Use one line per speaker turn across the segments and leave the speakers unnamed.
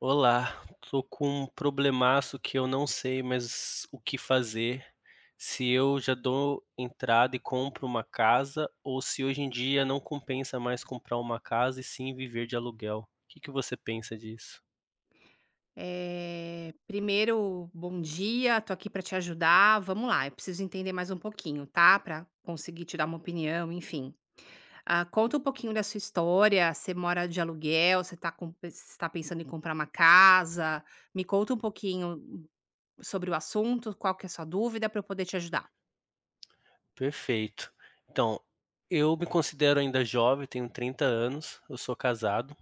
Olá, tô com um problemaço que eu não sei mais o que fazer, se eu já dou entrada e compro uma casa ou se hoje em dia não compensa mais comprar uma casa e sim viver de aluguel. O que que você pensa disso?
Primeiro, bom dia, tô aqui pra te ajudar. Vamos lá, eu preciso entender mais um pouquinho, tá? Pra conseguir te dar uma opinião, enfim. Conta um pouquinho da sua história. Você mora de aluguel? Você tá pensando em comprar uma casa? Me conta um pouquinho sobre o assunto, qual que é a sua dúvida pra eu poder te ajudar.
Perfeito. Então, eu me considero ainda jovem, tenho 30 anos, eu sou casado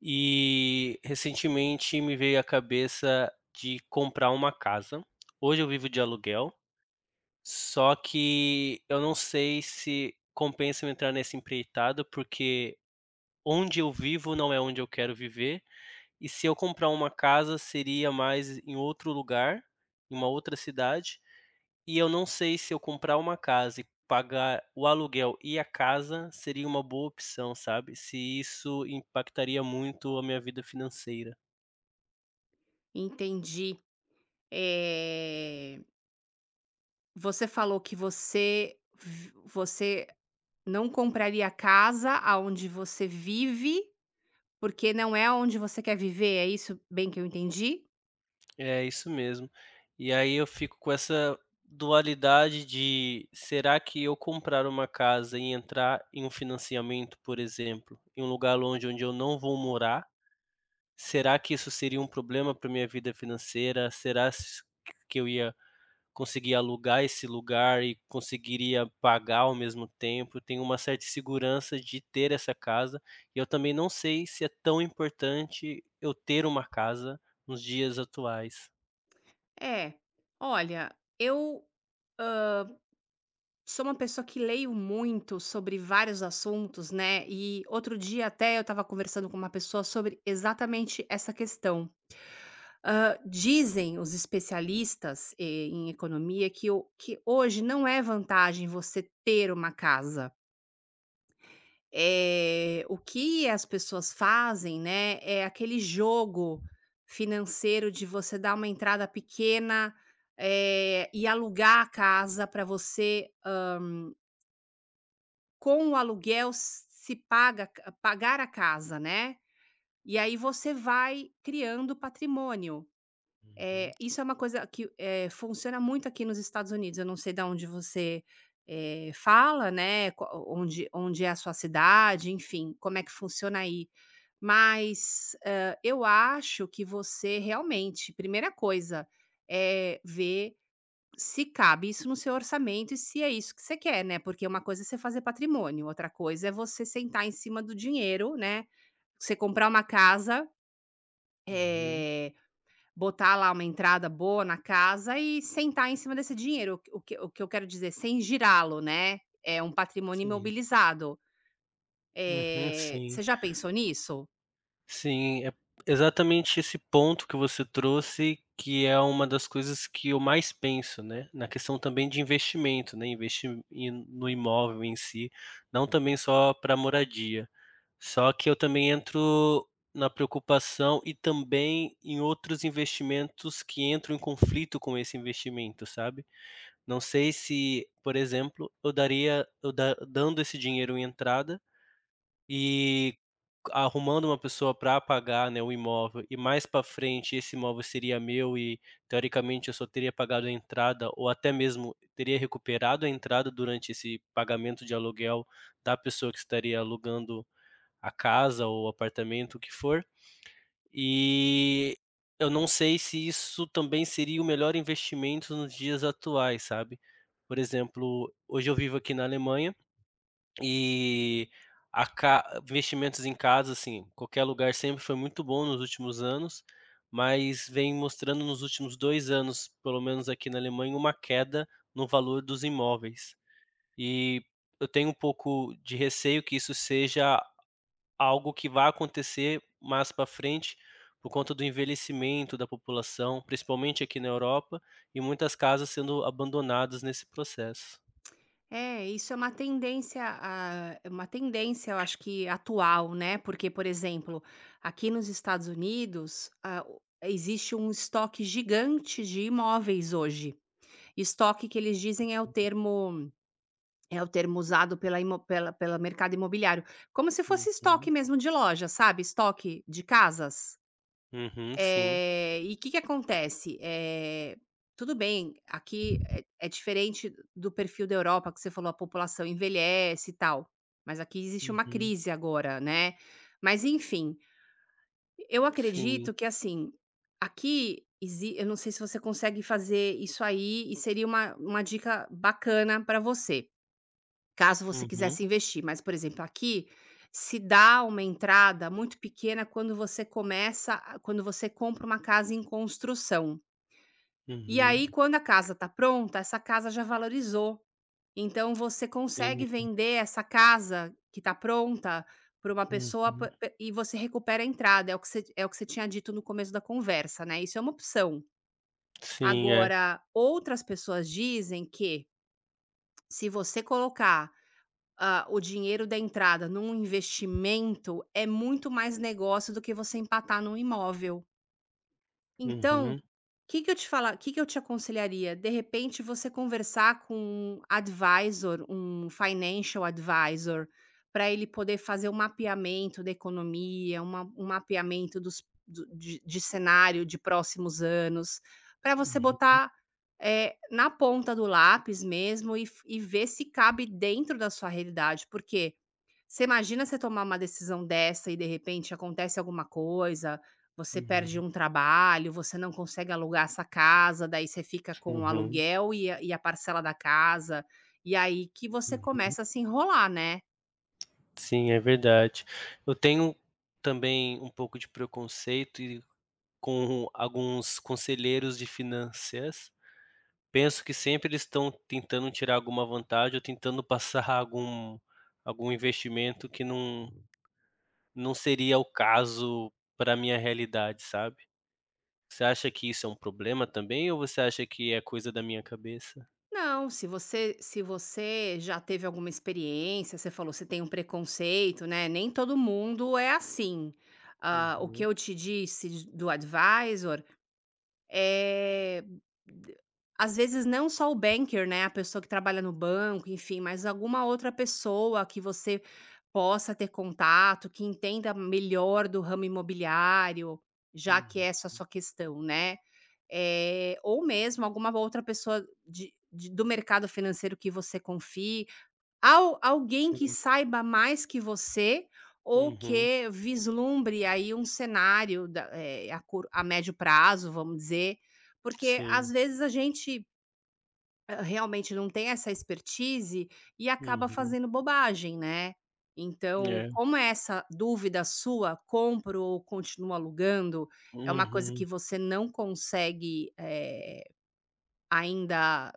e recentemente me veio à cabeça de comprar uma casa. Hoje eu vivo de aluguel. Só que eu não sei se compensa eu entrar nessa empreitada, porque onde eu vivo não é onde eu quero viver, e se eu comprar uma casa seria mais em outro lugar, em uma outra cidade, e eu não sei se eu comprar uma casa e pagar o aluguel e a casa seria uma boa opção, sabe, se isso impactaria muito a minha vida financeira.
Entendi. Eh, Você falou que você não compraria a casa aonde você vive, porque não é onde você quer viver, é isso bem que eu entendi?
É isso mesmo. E aí eu fico com essa dualidade de será que eu comprar uma casa e entrar em um financiamento, por exemplo, em um lugar longe onde eu não vou morar, será que isso seria um problema para minha vida financeira? Que eu ia conseguir alugar esse lugar e conseguiria pagar ao mesmo tempo? Eu tenho uma certa segurança de ter essa casa. E eu também não sei se é tão importante eu ter uma casa nos dias atuais.
É. Olha, eu sou uma pessoa que leio muito sobre vários assuntos, né? E outro dia até eu estava conversando com uma pessoa sobre exatamente essa questão. Ah, dizem os especialistas em economia que hoje não é vantagem você ter uma casa. O que as pessoas fazem, né, é aquele jogo financeiro de você dar uma entrada pequena, e alugar a casa para você, com o aluguel se paga pagar a casa, né. E aí você vai criando patrimônio.
Uhum.
É, isso é uma coisa que, funciona muito aqui nos Estados Unidos. Eu não sei da onde você, fala, né, qua onde é a sua cidade, enfim, como é que funciona aí. Mas, eu acho que você realmente, primeira coisa, é ver se cabe isso no seu orçamento e se é isso que você quer, né, porque uma coisa é você fazer patrimônio, outra coisa é você sentar em cima do dinheiro, né, você comprar uma casa,
Uhum,
eh, botar lá uma entrada boa na casa e sentar em cima desse dinheiro. O que eu quero dizer, sem girá-lo, né, é um patrimônio
sim.
imobilizado.
Uhum, sim.
Você já pensou nisso?
Sim, é exatamente esse ponto que você trouxe, que é uma das coisas que eu mais penso, né, na questão também de investimento, né, investir em no imóvel em si, não também só para moradia. Só que eu também entro na preocupação e também em outros investimentos que entram em conflito com esse investimento, sabe. Não sei se, por exemplo, eu daria eu da dando esse dinheiro em entrada e arrumando uma pessoa para pagar, né, o imóvel e mais para frente esse imóvel seria meu e teoricamente eu só teria pagado a entrada ou até mesmo teria recuperado a entrada durante esse pagamento de aluguel da pessoa que estaria alugando a casa ou o apartamento, o que for. E eu não sei se isso também seria o melhor investimento nos dias atuais, sabe. Por exemplo, hoje eu vivo aqui na Alemanha e a ca investimentos em casa, assim, qualquer lugar sempre foi muito bom nos últimos anos, mas vem mostrando nos últimos 2 anos, pelo menos aqui na Alemanha, uma queda no valor dos imóveis. E eu tenho um pouco de receio que isso seja algo que vá acontecer mais para frente, por conta do envelhecimento da população, principalmente aqui na Europa, e muitas casas sendo abandonadas nesse processo.
É, isso é uma tendência a é uma tendência, eu acho que atual, né, porque, por exemplo, aqui nos Estados Unidos, ah, o existe um estoque gigante de imóveis hoje. Estoque, que eles dizem, é o termo. É o termo usado pela mercado imobiliário, como se fosse estoque
Uhum,
mesmo de loja, sabe, estoque de casas.
uhum, sim.
E o que que acontece? Tudo bem, aqui é diferente do perfil da Europa que você falou, a população envelhece e tal, mas aqui existe uma
Uhum.
crise agora, né. Mas enfim, eu
Sim.
acredito que assim, aqui exi eu não sei se você consegue fazer isso aí, e seria uma dica bacana para você. Caso você
Uhum,
quisesse investir, mas, por exemplo, aqui se dá uma entrada muito pequena quando você começa a quando você compra uma casa em construção. E
uhum.
aí, quando a casa está pronta, essa casa já valorizou. Então você consegue
Entendi.
vender essa casa que está pronta para uma pessoa, p
Uhum.
p e você recupera a entrada. É o que você tinha dito no começo da conversa, né, isso é uma opção.
Sim, é.
Agora, outras pessoas dizem que se você colocar o dinheiro da entrada num investimento, é muito mais negócio do que você empatar num imóvel. Então, o
Uhum,
que que eu te falar que que eu te aconselharia? De repente, você conversar com um advisor, um financial advisor, para ele poder fazer um mapeamento da economia, uma um mapeamento dos do de cenário de próximos anos, para você
uhum,
botar, na ponta do lápis mesmo, e ver se cabe dentro da sua realidade, porque você imagina você tomar uma decisão dessa e de repente acontece alguma coisa, você perde
uhum,
um trabalho, você não consegue alugar essa casa, daí você fica com o
uhum,
aluguel e a parcela da casa, e aí que você
uhum.
começa a se enrolar, né?
Sim, é verdade. Eu tenho também um pouco de preconceito e com alguns conselheiros de finanças. Penso que sempre eles estão tentando tirar alguma vantagem ou tentando passar algum investimento que não seria o caso para minha realidade, sabe? Você acha que isso é um problema também ou você acha que é coisa da minha cabeça?
Não, se você já teve alguma experiência, você falou você tem um preconceito, né? Nem todo mundo é assim. Ah, o que
Uhum,
eu te disse do advisor é, às vezes, não só o banker, né, a pessoa que trabalha no banco, enfim, mas alguma outra pessoa que você possa ter contato, que entenda melhor do ramo imobiliário, já que
uhum,
essa é a sua questão, né? É, ou mesmo alguma outra pessoa de do mercado financeiro que você confie. Al Alguém que
sim,
saiba mais que você, ou
uhum,
que vislumbre aí um cenário da, a médio prazo, vamos dizer, porque às
sim,
vezes a gente, realmente não tem essa expertise e acaba
uhum,
fazendo bobagem, né. Então,
é,
como é essa dúvida sua, compro ou continuo alugando, é uma coisa que
uhum,
você não consegue, ainda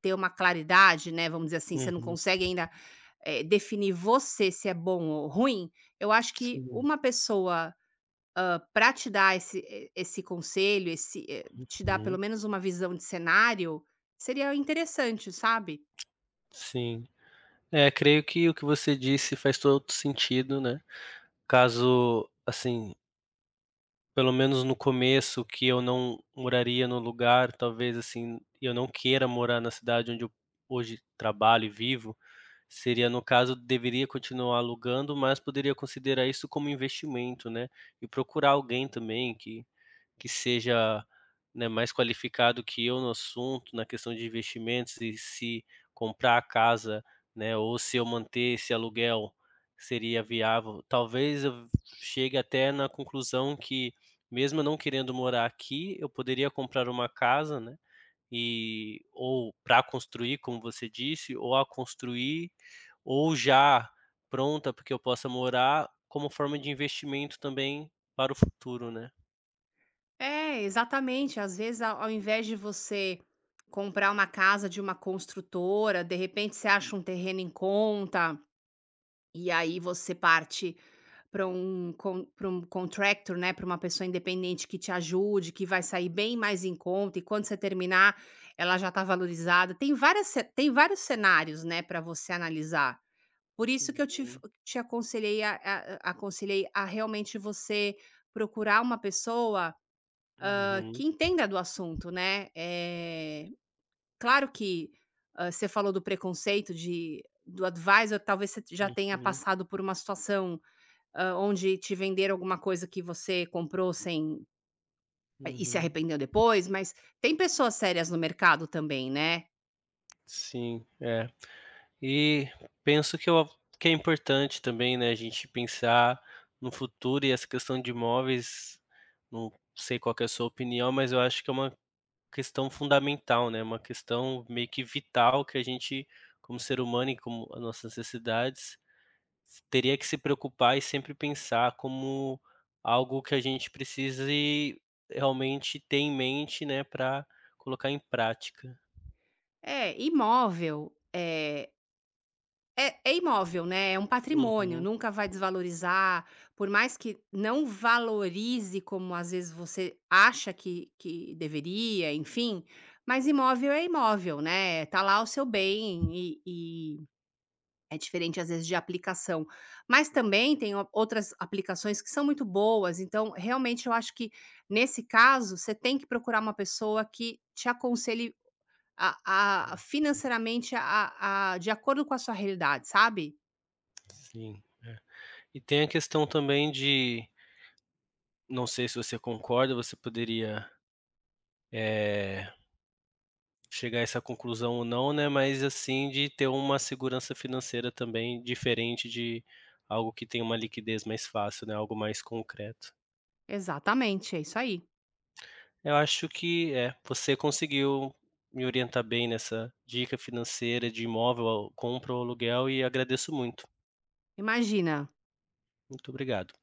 ter uma claridade, né, vamos dizer assim. Você não
uhum,
consegue ainda, definir você se é bom ou ruim. Eu acho que
sim,
uma pessoa, para te dar esse conselho, esse, te dar pelo
uhum,
menos uma visão de cenário, seria interessante, sabe.
sim. É, creio que o que você disse faz todo sentido, né. Caso, assim, pelo menos no começo que eu não moraria no lugar, talvez, assim, eu não queira morar na cidade onde eu hoje trabalho e vivo. Seria no caso, deveria continuar alugando, mas poderia considerar isso como investimento, né, e procurar alguém também que seja, né, mais qualificado que eu no assunto, na questão de investimentos e se comprar a casa, né, ou se eu manter esse aluguel seria viável. Talvez eu chegue até na conclusão que, mesmo eu não querendo morar aqui, eu poderia comprar uma casa, né, e ou para construir, como você disse, ou a construir, ou já pronta porque eu possa morar, como forma de investimento também para o futuro, né.
É, exatamente, às vezes, ao invés de você comprar uma casa de uma construtora, de repente você acha um terreno em conta. E aí você parte para um con pra um contractor, né, para uma pessoa independente que te ajude, que vai sair bem mais em conta, e quando você terminar, ela já está valorizada. Tem várias ce Tem vários cenários, né, para você analisar. Por isso que eu te f
Uhum,
te aconselhei a- aconselhei a realmente você procurar uma pessoa,
uhum,
que entenda do assunto, né. É claro que, você falou do preconceito de do advisor, talvez você já tenha
uhum,
passado por uma situação, onde te venderam alguma coisa que você comprou sem, e se
uhum.
arrependeu depois, mas tem pessoas sérias no mercado também, né.
Sim, é. E penso que eu que é importante também, né, a gente pensar no futuro e essa questão de imóveis, não sei qual que é a sua opinião, mas eu acho que é uma questão fundamental, né, uma questão meio que vital que a gente, como ser humano e como as nossas necessidades, teria que se preocupar e sempre pensar como algo que a gente precise realmente ter em mente, né, para colocar em prática.
É, imóvel, é imóvel, né, é um patrimônio,
Uhum,
nunca vai desvalorizar, por mais que não valorize como às vezes você acha que deveria, enfim, mas imóvel é imóvel, né, tá lá o seu bem. E é diferente, às vezes, de aplicação. Mas também tem o outras aplicações que são muito boas, então, realmente, eu acho que, nesse caso, você tem que procurar uma pessoa que te aconselhe a financeiramente, a de acordo com a sua realidade, sabe?
sim, é. E tem a questão também de, não sei se você concorda, você poderia, eh chegar a essa conclusão ou não, né, mas assim de ter uma segurança financeira também diferente de algo que tem uma liquidez mais fácil, né, algo mais concreto.
Exatamente, é isso aí.
Eu acho que é, você conseguiu me orientar bem nessa dica financeira de imóvel, compra ou aluguel e agradeço muito.
Imagina.
Muito obrigado.